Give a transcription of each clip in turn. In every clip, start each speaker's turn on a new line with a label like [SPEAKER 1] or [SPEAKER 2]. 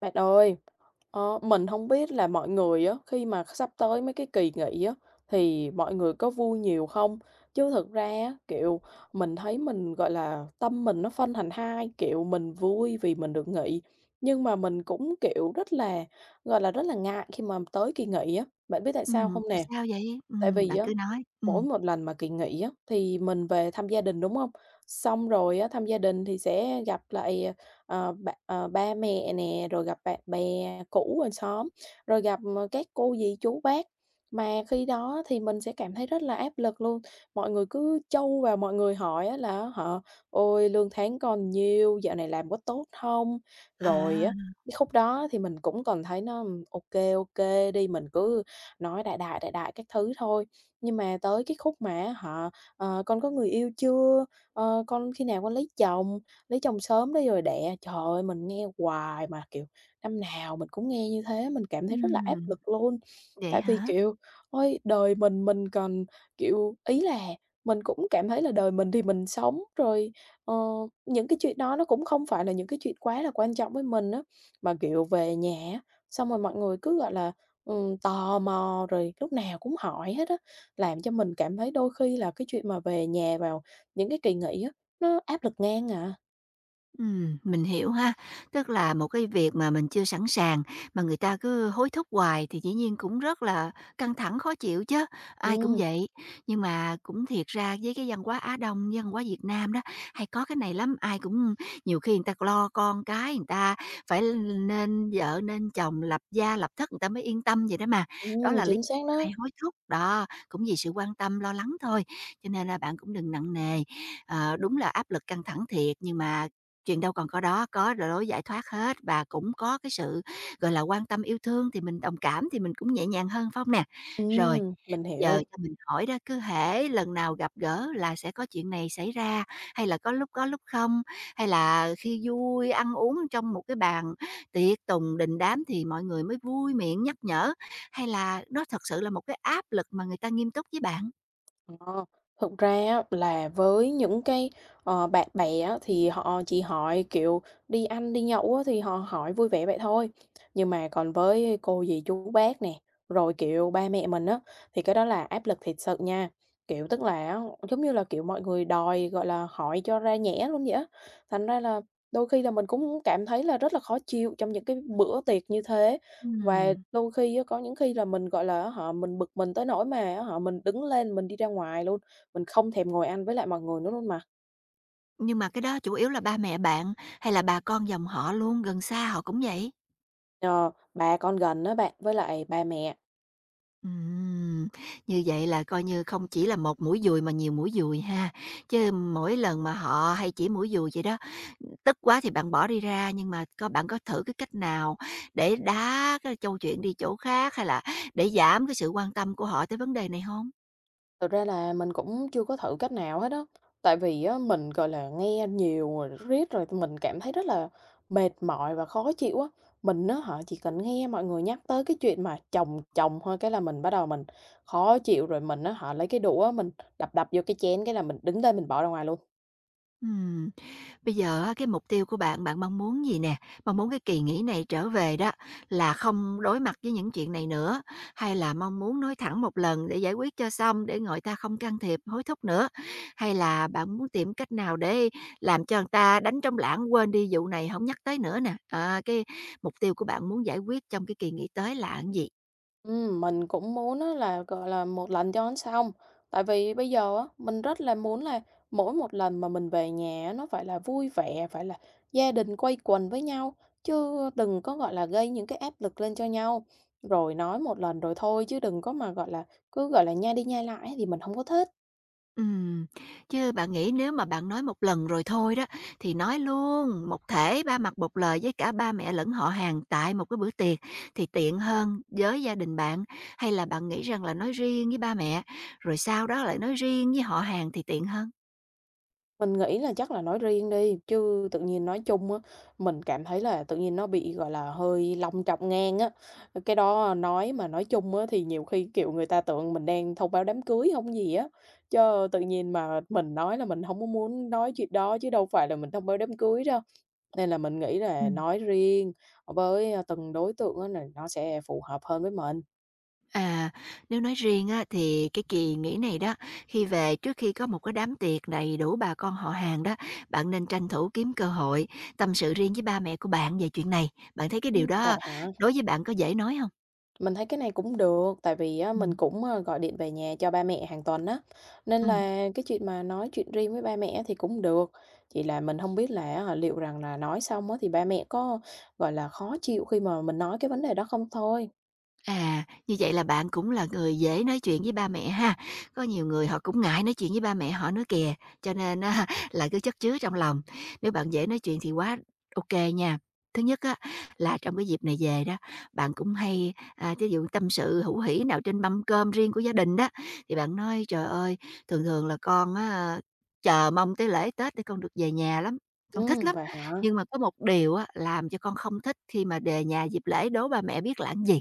[SPEAKER 1] Bạn ơi, mình không biết là mọi người á, khi mà sắp tới mấy cái kỳ nghỉ á, thì mọi người có vui nhiều không? Chứ thực ra á, kiểu, mình thấy mình, gọi là, tâm mình nó phân thành hai, kiểu, mình vui vì mình được nghỉ, nhưng mà mình cũng, kiểu, rất là, gọi là, rất là ngại khi mà tới kỳ nghỉ á. Bạn biết tại sao không
[SPEAKER 2] Tại
[SPEAKER 1] nè?
[SPEAKER 2] sao vậy?
[SPEAKER 1] Tại vì
[SPEAKER 2] Bạn
[SPEAKER 1] á,
[SPEAKER 2] cứ nói,
[SPEAKER 1] mỗi
[SPEAKER 2] ừm.
[SPEAKER 1] một lần mà kỳ nghỉ á, thì mình về thăm gia đình, đúng hông? Xong rồi á, thăm gia đình thì sẽ gặp lại, ba mẹ nè, rồi gặp bạn bè cũ hàng xóm, rồi gặp, các cô dì, chú bác. Mà khi đó thì mình sẽ cảm thấy rất là áp lực luôn, mọi người cứ trâu vào, mọi người hỏi á là á hả "Ôi, lương tháng con nhiêu? Dạo này làm có tốt hông?" Rồi
[SPEAKER 2] À,
[SPEAKER 1] á, cái khúc đó thì mình cũng còn thấy nó. Ô kê đi." Mình cứ nói đại đại các thứ thôi. Nhưng mà tới cái khúc mà họ, "Con có người yêu chưa? Con khi nào con lấy chồng? Lấy chồng sớm đó rồi đẻ." Trời ơi, mình nghe hoài mà, kiểu, năm nào mình cũng nghe như thế, mình cảm thấy rất là áp
[SPEAKER 2] ừm,
[SPEAKER 1] lực luôn.
[SPEAKER 2] vậy
[SPEAKER 1] Tại vì,
[SPEAKER 2] hả?
[SPEAKER 1] kiểu, ôi, đời mình còn, kiểu ý là mình cũng cảm thấy là đời mình thì mình sống, rồi, ờ, những cái chuyện đó nó cũng không phải là những cái chuyện quá là quan trọng với mình á. Mà, kiểu, về nhà á, xong rồi mọi người cứ, gọi là tò mò rồi lúc nào cũng hỏi hết á, làm cho mình cảm thấy đôi khi là cái chuyện mà về nhà vào những cái kỳ nghỉ á, nó áp lực ngang à.
[SPEAKER 2] Mình hiểu ha. Tức là một cái việc mà mình chưa sẵn sàng mà người ta cứ hối thúc hoài thì dĩ nhiên cũng rất là căng thẳng, khó chịu chứ ai cũng
[SPEAKER 1] Ừm,
[SPEAKER 2] vậy. Nhưng mà cũng thiệt ra với cái văn hóa Á Đông, với văn hóa Việt Nam đó, hay có cái này lắm, ai cũng nhiều khi người ta lo con cái, người ta phải nên vợ nên chồng, lập gia lập thất người ta mới yên tâm vậy đó mà. Đó là lý
[SPEAKER 1] chính xác
[SPEAKER 2] do
[SPEAKER 1] đó.
[SPEAKER 2] hay hối thúc, đó, cũng vì sự quan tâm, lo lắng thôi. Cho nên là bạn cũng đừng nặng nề. Ờ, đúng là áp lực căng thẳng thiệt, nhưng mà chuyện đâu còn có đó, có rồi lối giải thoát hết và cũng có cái sự, gọi là, quan tâm yêu thương thì mình đồng cảm thì mình cũng nhẹ nhàng hơn, phải không nè? Rồi,
[SPEAKER 1] Mình
[SPEAKER 2] bây giờ
[SPEAKER 1] hiểu.
[SPEAKER 2] cho mình hỏi đó, cứ hễ lần nào gặp gỡ là sẽ có chuyện này xảy ra, hay là có lúc không? Hay là khi vui, ăn uống trong một cái bàn tiệc tùng đình đám thì mọi người mới vui miệng nhắc nhở, hay là nó thật sự là một cái áp lực mà người ta nghiêm túc với bạn?
[SPEAKER 1] Ờ, thực ra á là với những cái, bạn bè á thì họ chỉ hỏi, kiểu, đi ăn, đi nhậu á thì họ hỏi vui vẻ vậy thôi. Nhưng mà còn với cô dì, chú bác nè, rồi, kiểu, ba mẹ mình á, thì cái đó là áp lực thiệt sự nha. Kiểu, tức là á, giống như là, kiểu, mọi người đòi, gọi là, hỏi cho ra nhẽ luôn vậy á, thành ra là đôi khi là mình cũng cảm thấy là rất là khó chịu trong những cái bữa tiệc như thế. Và
[SPEAKER 2] Ừm.
[SPEAKER 1] đôi khi á, có những khi là mình, gọi là, á hả, mình bực mình tới nỗi mà á hả, mình đứng lên mình đi ra ngoài luôn, mình không thèm ngồi ăn với lại mọi người nữa luôn mà.
[SPEAKER 2] Nhưng mà cái đó chủ yếu là ba mẹ bạn hay là bà con dòng họ luôn, gần xa họ cũng vậy?
[SPEAKER 1] Ờ, bà con gần đó bạn, với lại bà mẹ,
[SPEAKER 2] Ừm, như vậy là coi như không chỉ là một mũi dùi mà nhiều mũi dùi ha. Chứ mỗi lần mà họ hay chỉ mũi dùi vậy đó, tức quá thì bạn bỏ đi ra, nhưng mà có bạn có thử cái cách nào để đá cái câu chuyện đi chỗ khác hay là để giảm cái sự quan tâm của họ tới vấn đề này không?
[SPEAKER 1] thực ra là mình cũng chưa có thử cách nào hết á. Tại vì á, mình, gọi là, nghe nhiều rồi riết rồi mình cảm thấy rất là mệt mỏi và khó chịu á. Mình á họ chỉ cần nghe mọi người nhắc tới cái chuyện mà chồng chồng thôi cái là mình bắt đầu khó chịu, rồi mình á họ lấy cái đũa mình đập đập vô cái chén cái là mình đứng lên mình bỏ ra ngoài luôn.
[SPEAKER 2] Bây giờ á, cái mục tiêu của bạn, bạn mong muốn gì nè? Mong muốn cái kỳ nghỉ này trở về đó là không đối mặt với những chuyện này nữa, hay là mong muốn nói thẳng một lần để giải quyết cho xong, để người ta không can thiệp, hối thúc nữa? Hay là bạn muốn tìm cách nào để làm cho người ta đánh trống lãng quên đi vụ này không nhắc tới nữa nè? À, cái mục tiêu của bạn muốn giải quyết trong cái kỳ nghỉ tới là cái gì?
[SPEAKER 1] Mình cũng muốn á là, gọi là, một lần cho nó xong. Tại vì bây giờ á, mình rất là muốn là mỗi một lần mà mình về nhà á, nó phải là vui vẻ, phải là gia đình quây quần với nhau, chứ đừng có, gọi là, gây những cái áp lực lên cho nhau. Rồi nói một lần rồi thôi chứ đừng có mà, gọi là, cứ, gọi là, nhai đi nhai lại thì mình không có thích.
[SPEAKER 2] Ừm, Chứ bạn nghĩ nếu mà bạn nói một lần rồi thôi đó, thì nói luôn một thể ba mặt một lời với cả ba mẹ lẫn họ hàng tại một cái bữa tiệc thì tiện hơn với gia đình bạn, hay là bạn nghĩ rằng là nói riêng với ba mẹ, rồi sau đó lại nói riêng với họ hàng thì tiện hơn?
[SPEAKER 1] Mình nghĩ là chắc là nói riêng đi, chứ tự nhiên nói chung á, mình cảm thấy là tự nhiên nó bị, gọi là, hơi long trọng ngang á. Ờ, cái đó nói mà nói chung á thì nhiều khi, kiểu, người ta tưởng mình đang thông báo đám cưới không gì á, chớ tự nhiên mà mình nói là mình không có muốn nói chuyện đó chứ đâu phải là mình thông báo đám cưới đâu. Nên là mình nghĩ là nói riêng với, từng đối tượng á là nó sẽ phù hợp hơn với mình.
[SPEAKER 2] À, nếu nói riêng á, thì cái kỳ nghỉ này đó, khi về trước khi có một cái đám tiệc đầy đủ bà con họ hàng đó, bạn nên tranh thủ kiếm cơ hội tâm sự riêng với ba mẹ của bạn về chuyện này. Bạn thấy cái điều
[SPEAKER 1] Ừm. Vậy
[SPEAKER 2] đó
[SPEAKER 1] hả?
[SPEAKER 2] đối với bạn có dễ nói không?
[SPEAKER 1] Mình thấy cái này cũng được, tại vì á, mình
[SPEAKER 2] Ừm,
[SPEAKER 1] cũng, gọi điện về nhà cho ba mẹ hàng tuần á, nên
[SPEAKER 2] ừm.
[SPEAKER 1] là cái chuyện mà nói chuyện riêng với ba mẹ á thì cũng được. Chỉ là mình không biết là á liệu rằng là nói xong á thì ba mẹ có, gọi là, khó chịu khi mà mình nói cái vấn đề đó không thôi.
[SPEAKER 2] À, như vậy là bạn cũng là người dễ nói chuyện với ba mẹ ha. Có nhiều người họ cũng ngại nói chuyện với ba mẹ họ nữa kìa, cho nên á, là cứ chất chứa trong lòng. Nếu bạn dễ nói chuyện thì quá OK nha. Thứ nhất á, là trong cái dịp này về đó, bạn cũng hay, à, thí dụ tâm sự hữu hỉ nào trên mâm cơm riêng của gia đình đó, thì bạn nói: "Trời ơi, thường thường là con á, chờ mong tới lễ Tết để con được về nhà lắm, con thích lắm."
[SPEAKER 1] Vậy hả?
[SPEAKER 2] Nhưng mà có một điều á, làm cho con không thích khi mà về nhà dịp lễ đố ba mẹ biết là cái gì,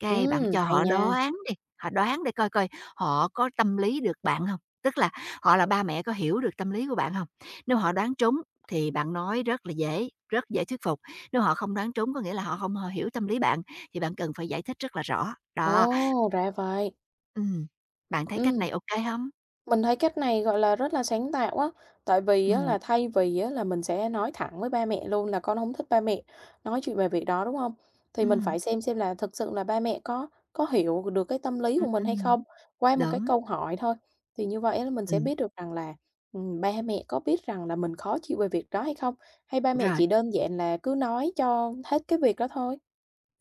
[SPEAKER 2] cái bạn cho
[SPEAKER 1] Hay
[SPEAKER 2] họ
[SPEAKER 1] nha.
[SPEAKER 2] đoán đi, họ đoán để coi coi họ có tâm lý được bạn không. Tức là họ là ba mẹ có hiểu được tâm lý của bạn không? Nếu họ đoán trúng thì bạn nói rất là dễ, rất dễ thuyết phục, nếu họ không đoán trúng có nghĩa là họ không hiểu tâm lý bạn, thì bạn cần phải giải thích rất là rõ. Đó,
[SPEAKER 1] Ồ, ra vậy.
[SPEAKER 2] ừm, bạn thấy cách
[SPEAKER 1] Ừm.
[SPEAKER 2] này ok không? Hông?
[SPEAKER 1] Mình thấy cách này, gọi là, rất là sáng tạo á, tại vì á
[SPEAKER 2] Ừm,
[SPEAKER 1] là thay vì á là mình sẽ nói thẳng với ba mẹ luôn là "Con không thích ba mẹ", nói chuyện về việc đó, đúng không? Thì mình
[SPEAKER 2] ừm,
[SPEAKER 1] phải xem là thực sự là ba mẹ có hiểu được cái tâm lý của mình hay
[SPEAKER 2] ừm,
[SPEAKER 1] không, qua một cái
[SPEAKER 2] đúng,
[SPEAKER 1] câu hỏi thôi. Thì như vậy là mình sẽ
[SPEAKER 2] ừm,
[SPEAKER 1] biết được rằng là, ba mẹ có biết rằng là mình khó chịu về việc đó hay không, hay ba mẹ
[SPEAKER 2] rồi.
[SPEAKER 1] chỉ đơn giản là cứ nói cho hết cái việc đó thôi.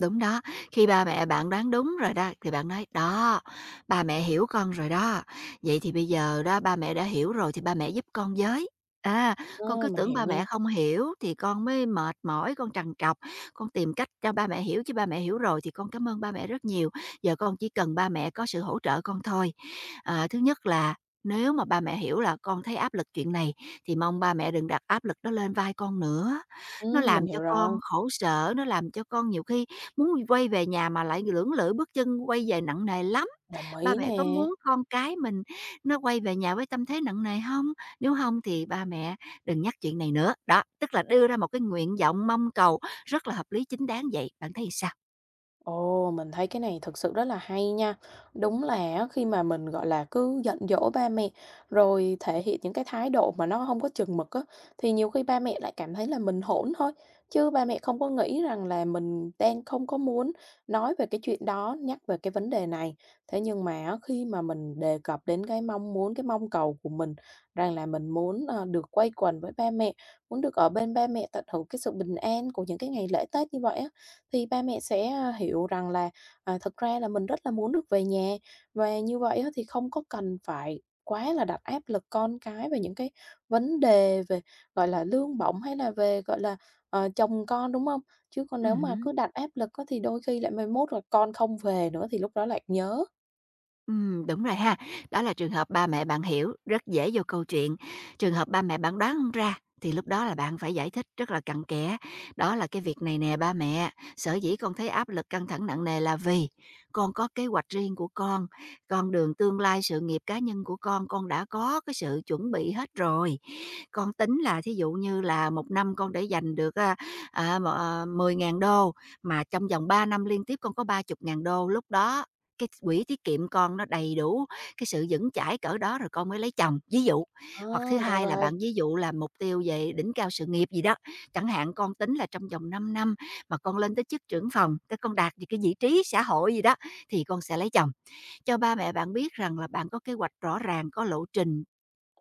[SPEAKER 2] Đúng đó, khi ba mẹ bạn đoán đúng rồi đó, thì bạn nói: "Đó, ba mẹ hiểu con rồi đó, vậy thì bây giờ đó ba mẹ đã hiểu rồi thì ba mẹ giúp con với. À, con
[SPEAKER 1] Ơ,
[SPEAKER 2] cứ
[SPEAKER 1] mình
[SPEAKER 2] tưởng
[SPEAKER 1] hiểu
[SPEAKER 2] ba
[SPEAKER 1] nha.
[SPEAKER 2] mẹ không hiểu thì con mới mệt mỏi, con trằn trọc, con tìm cách cho ba mẹ hiểu, chứ ba mẹ hiểu rồi thì con cảm ơn ba mẹ rất nhiều, giờ con chỉ cần ba mẹ có sự hỗ trợ con thôi. À, thứ nhất là nếu mà ba mẹ hiểu là con thấy áp lực chuyện này thì mong ba mẹ đừng đặt áp lực đó lên vai con nữa, nó
[SPEAKER 1] Mình
[SPEAKER 2] làm cho
[SPEAKER 1] hiểu
[SPEAKER 2] con
[SPEAKER 1] rồi,
[SPEAKER 2] khổ sở, nó làm cho con nhiều khi muốn quay về nhà mà lại lưỡng lự bước chân quay về nặng nề lắm.
[SPEAKER 1] đồng
[SPEAKER 2] Ba
[SPEAKER 1] ý
[SPEAKER 2] mẹ có
[SPEAKER 1] nè.
[SPEAKER 2] muốn con cái mình nó quay về nhà với tâm thế nặng nề không? Nếu không thì ba mẹ đừng nhắc chuyện này nữa. Đó, tức là đưa ra một cái nguyện vọng mong cầu rất là hợp lý, chính đáng vậy. Bạn thấy sao?
[SPEAKER 1] Ồ, mình thấy cái này thực sự rất là hay nha. Đúng là á, khi mà mình, gọi là, cứ giận dỗi ba mẹ, rồi thể hiện những cái thái độ mà nó không có chừng mực á, thì nhiều khi ba mẹ lại cảm thấy là mình hỗn thôi, chứ ba mẹ không có nghĩ rằng là mình đang không có muốn nói về cái chuyện đó, nhắc về cái vấn đề này. Thế nhưng mà á, khi mà mình đề cập đến cái mong muốn, cái mong cầu của mình rằng là mình muốn, được quây quần với ba mẹ, muốn được ở bên ba mẹ tận hưởng cái sự bình an của những cái ngày lễ Tết như vậy á, thì ba mẹ sẽ, a, hiểu rằng là, à, thực ra là mình rất là muốn được về nhà, và như vậy á thì không có cần phải quá là đặt áp lực con cái về những cái vấn đề về, gọi là, lương bổng hay là về, gọi là, chồng con, đúng không? Chứ còn nếu mà cứ
[SPEAKER 2] Ừm
[SPEAKER 1] đặt áp lực á thì đôi khi lại mai mốt là con không về nữa thì lúc đó lại nhớ.
[SPEAKER 2] Đúng rồi ha. Đó là trường hợp ba mẹ bạn hiểu, rất dễ vô câu chuyện. Trường hợp ba mẹ bạn đoán hông ra thì lúc đó là bạn phải giải thích rất là cặn kẽ. Đó là cái việc này nè ba mẹ, sở dĩ con thấy áp lực căng thẳng nặng nề là vì con có kế hoạch riêng của con đường tương lai sự nghiệp cá nhân của con đã có cái sự chuẩn bị hết rồi. Con tính là thí dụ như là 1 năm con để dành được, a, à, m ờ, 10.000 đô, mà trong vòng 3 năm liên tiếp con có 30 ngàn đô, lúc đó cái quỹ tiết kiệm con nó đầy đủ cái sự vững chãi cỡ đó rồi con mới lấy chồng, ví dụ. Hoặc thứ
[SPEAKER 1] Ờ, ra
[SPEAKER 2] hai là
[SPEAKER 1] vậy.
[SPEAKER 2] bạn ví dụ là mục tiêu về đỉnh cao sự nghiệp gì đó, chẳng hạn con tính là trong vòng 5 năm mà con lên tới chức trưởng phòng, cái con đạt được cái vị trí xã hội gì đó thì con sẽ lấy chồng. Cho ba mẹ bạn biết rằng là bạn có kế hoạch rõ ràng, có lộ trình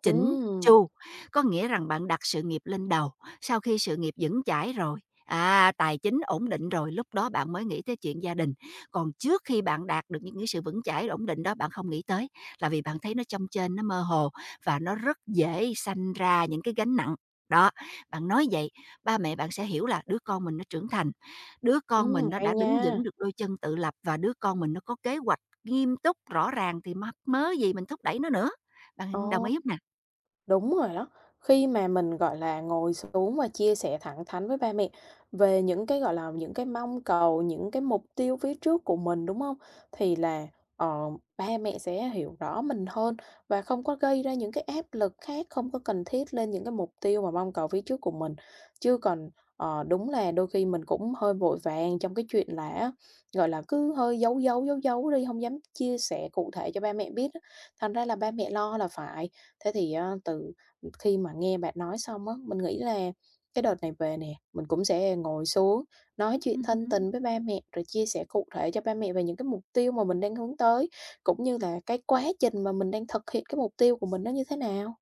[SPEAKER 2] chỉnh
[SPEAKER 1] Ừm,
[SPEAKER 2] chu, có nghĩa rằng bạn đặt sự nghiệp lên đầu, sau khi sự nghiệp vững chãi rồi, à, tài chính ổn định rồi, lúc đó bạn mới nghĩ tới chuyện gia đình. Còn trước khi bạn đạt được những cái sự vững chãi, ổn định đó, bạn không nghĩ tới, là vì bạn thấy nó chông trên nó mơ hồ và nó rất dễ sanh ra những cái gánh nặng. Đó, bạn nói vậy, ba mẹ bạn sẽ hiểu là đứa con mình nó trưởng thành, đứa con mình nó
[SPEAKER 1] hay
[SPEAKER 2] đã đứng
[SPEAKER 1] nha.
[SPEAKER 2] vững được đôi chân tự lập và đứa con mình nó có kế hoạch nghiêm túc, rõ ràng thì mắc mớ gì mình thúc đẩy nó nữa.
[SPEAKER 1] Ờ.
[SPEAKER 2] Bạn đồng ý không nè?
[SPEAKER 1] Đúng rồi đó. Khi mà mình, gọi là, ngồi xuống và chia sẻ thẳng thắn với ba mẹ về những cái, gọi là, những cái mong cầu, những cái mục tiêu phía trước của mình, đúng không? Thì là, ờ, ba mẹ sẽ hiểu rõ mình hơn và không có gây ra những cái áp lực khác không có cần thiết lên những cái mục tiêu và mong cầu phía trước của mình. Chứ còn, đúng là đôi khi mình cũng hơi vội vàng trong cái chuyện là á, gọi là, cứ hơi giấu giấu đi, không dám chia sẻ cụ thể cho ba mẹ biết á, thành ra là ba mẹ lo là phải. Thế thì á, từ khi mà nghe bạn nói xong á, mình nghĩ là cái đợt này về nè, mình cũng sẽ ngồi xuống nói chuyện thân
[SPEAKER 2] Hứm.
[SPEAKER 1] tình với ba mẹ, rồi chia sẻ cụ thể cho ba mẹ về những cái mục tiêu mà mình đang hướng tới, cũng như là cái quá trình mà mình đang thực hiện cái mục tiêu của mình nó như thế nào.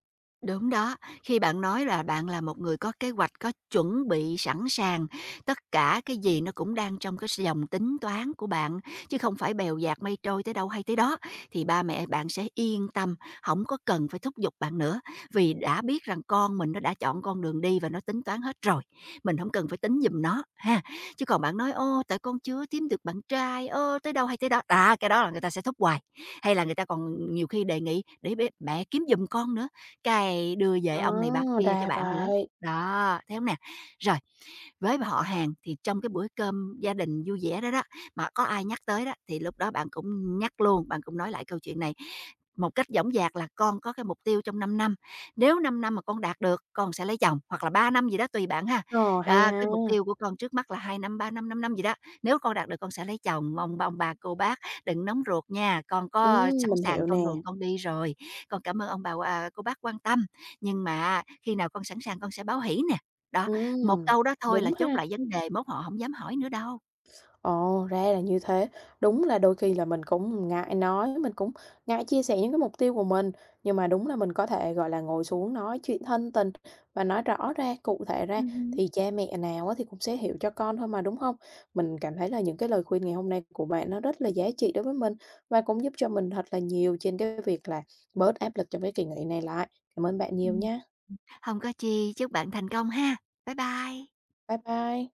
[SPEAKER 2] Đúng đó, khi bạn nói là bạn là một người có kế hoạch, có chuẩn bị sẵn sàng, tất cả cái gì nó cũng đang trong cái dòng tính toán của bạn, chứ không phải bèo dạt mây trôi tới đâu hay tới đó, thì ba mẹ bạn sẽ yên tâm, không có cần phải thúc giục bạn nữa, vì đã biết rằng con mình nó đã chọn con đường đi và nó tính toán hết rồi, mình không cần phải tính giùm nó, ha. Chứ còn bạn nói: "Ô, tại con chưa kiếm được bạn trai, ô tới đâu hay tới đó." À cái đó là người ta sẽ thúc hoài, hay là người ta còn nhiều khi đề nghị để mẹ kiếm giùm con nữa, cái đưa về
[SPEAKER 1] Ờ,
[SPEAKER 2] ông này bà kia cho
[SPEAKER 1] ra
[SPEAKER 2] bạn nữa.
[SPEAKER 1] vậy.
[SPEAKER 2] Đó, thế hông nè? Rồi, với họ hàng thì trong cái bữa cơm gia đình vui vẻ đó đó, mà có ai nhắc tới đó thì lúc đó bạn cũng nhắc luôn, bạn cũng nói lại câu chuyện này một cách dõng dạc là "Con có cái mục tiêu trong 5 năm, nếu 5 năm mà con đạt được con sẽ lấy chồng", hoặc là 3 năm gì đó tùy bạn ha.
[SPEAKER 1] Ờ, hay
[SPEAKER 2] "À,
[SPEAKER 1] ha.
[SPEAKER 2] cái mục tiêu của con trước mắt là 2 năm, 3 năm, 5 năm gì đó, nếu con đạt được con sẽ lấy chồng, mong ông bà, cô bác đừng nóng ruột nha, con có sẵn
[SPEAKER 1] Mình
[SPEAKER 2] sàng
[SPEAKER 1] hiểu nè.
[SPEAKER 2] con đường con đi rồi. Con cảm ơn ông bà, à, cô bác quan tâm, nhưng mà khi nào con sẵn sàng con sẽ báo hỷ nè." Đó. Một
[SPEAKER 1] Ừm,
[SPEAKER 2] câu đó thôi là
[SPEAKER 1] đúng
[SPEAKER 2] chốt
[SPEAKER 1] ha.
[SPEAKER 2] lại vấn đề, mốt họ hổng dám hỏi nữa đâu.
[SPEAKER 1] Ồ, ra là như thế. Đúng là đôi khi là mình cũng ngại nói, mình cũng ngại chia sẻ những cái mục tiêu của mình, nhưng mà đúng là mình có thể, gọi là, ngồi xuống nói chuyện thân tình và nói rõ ra, cụ thể ra
[SPEAKER 2] Hứm.
[SPEAKER 1] thì cha mẹ nào á thì cũng sẽ hiểu cho con thôi mà, đúng không? Mình cảm thấy là những cái lời khuyên ngày hôm nay của bạn nó rất là giá trị đối với mình và cũng giúp cho mình thật là nhiều trên cái việc là bớt áp lực trong cái kỳ nghỉ này lại. Cảm ơn bạn nhiều
[SPEAKER 2] Ừm,
[SPEAKER 1] nha.
[SPEAKER 2] hông có chi, chúc bạn thành công ha. Bye bye.
[SPEAKER 1] Bye bye.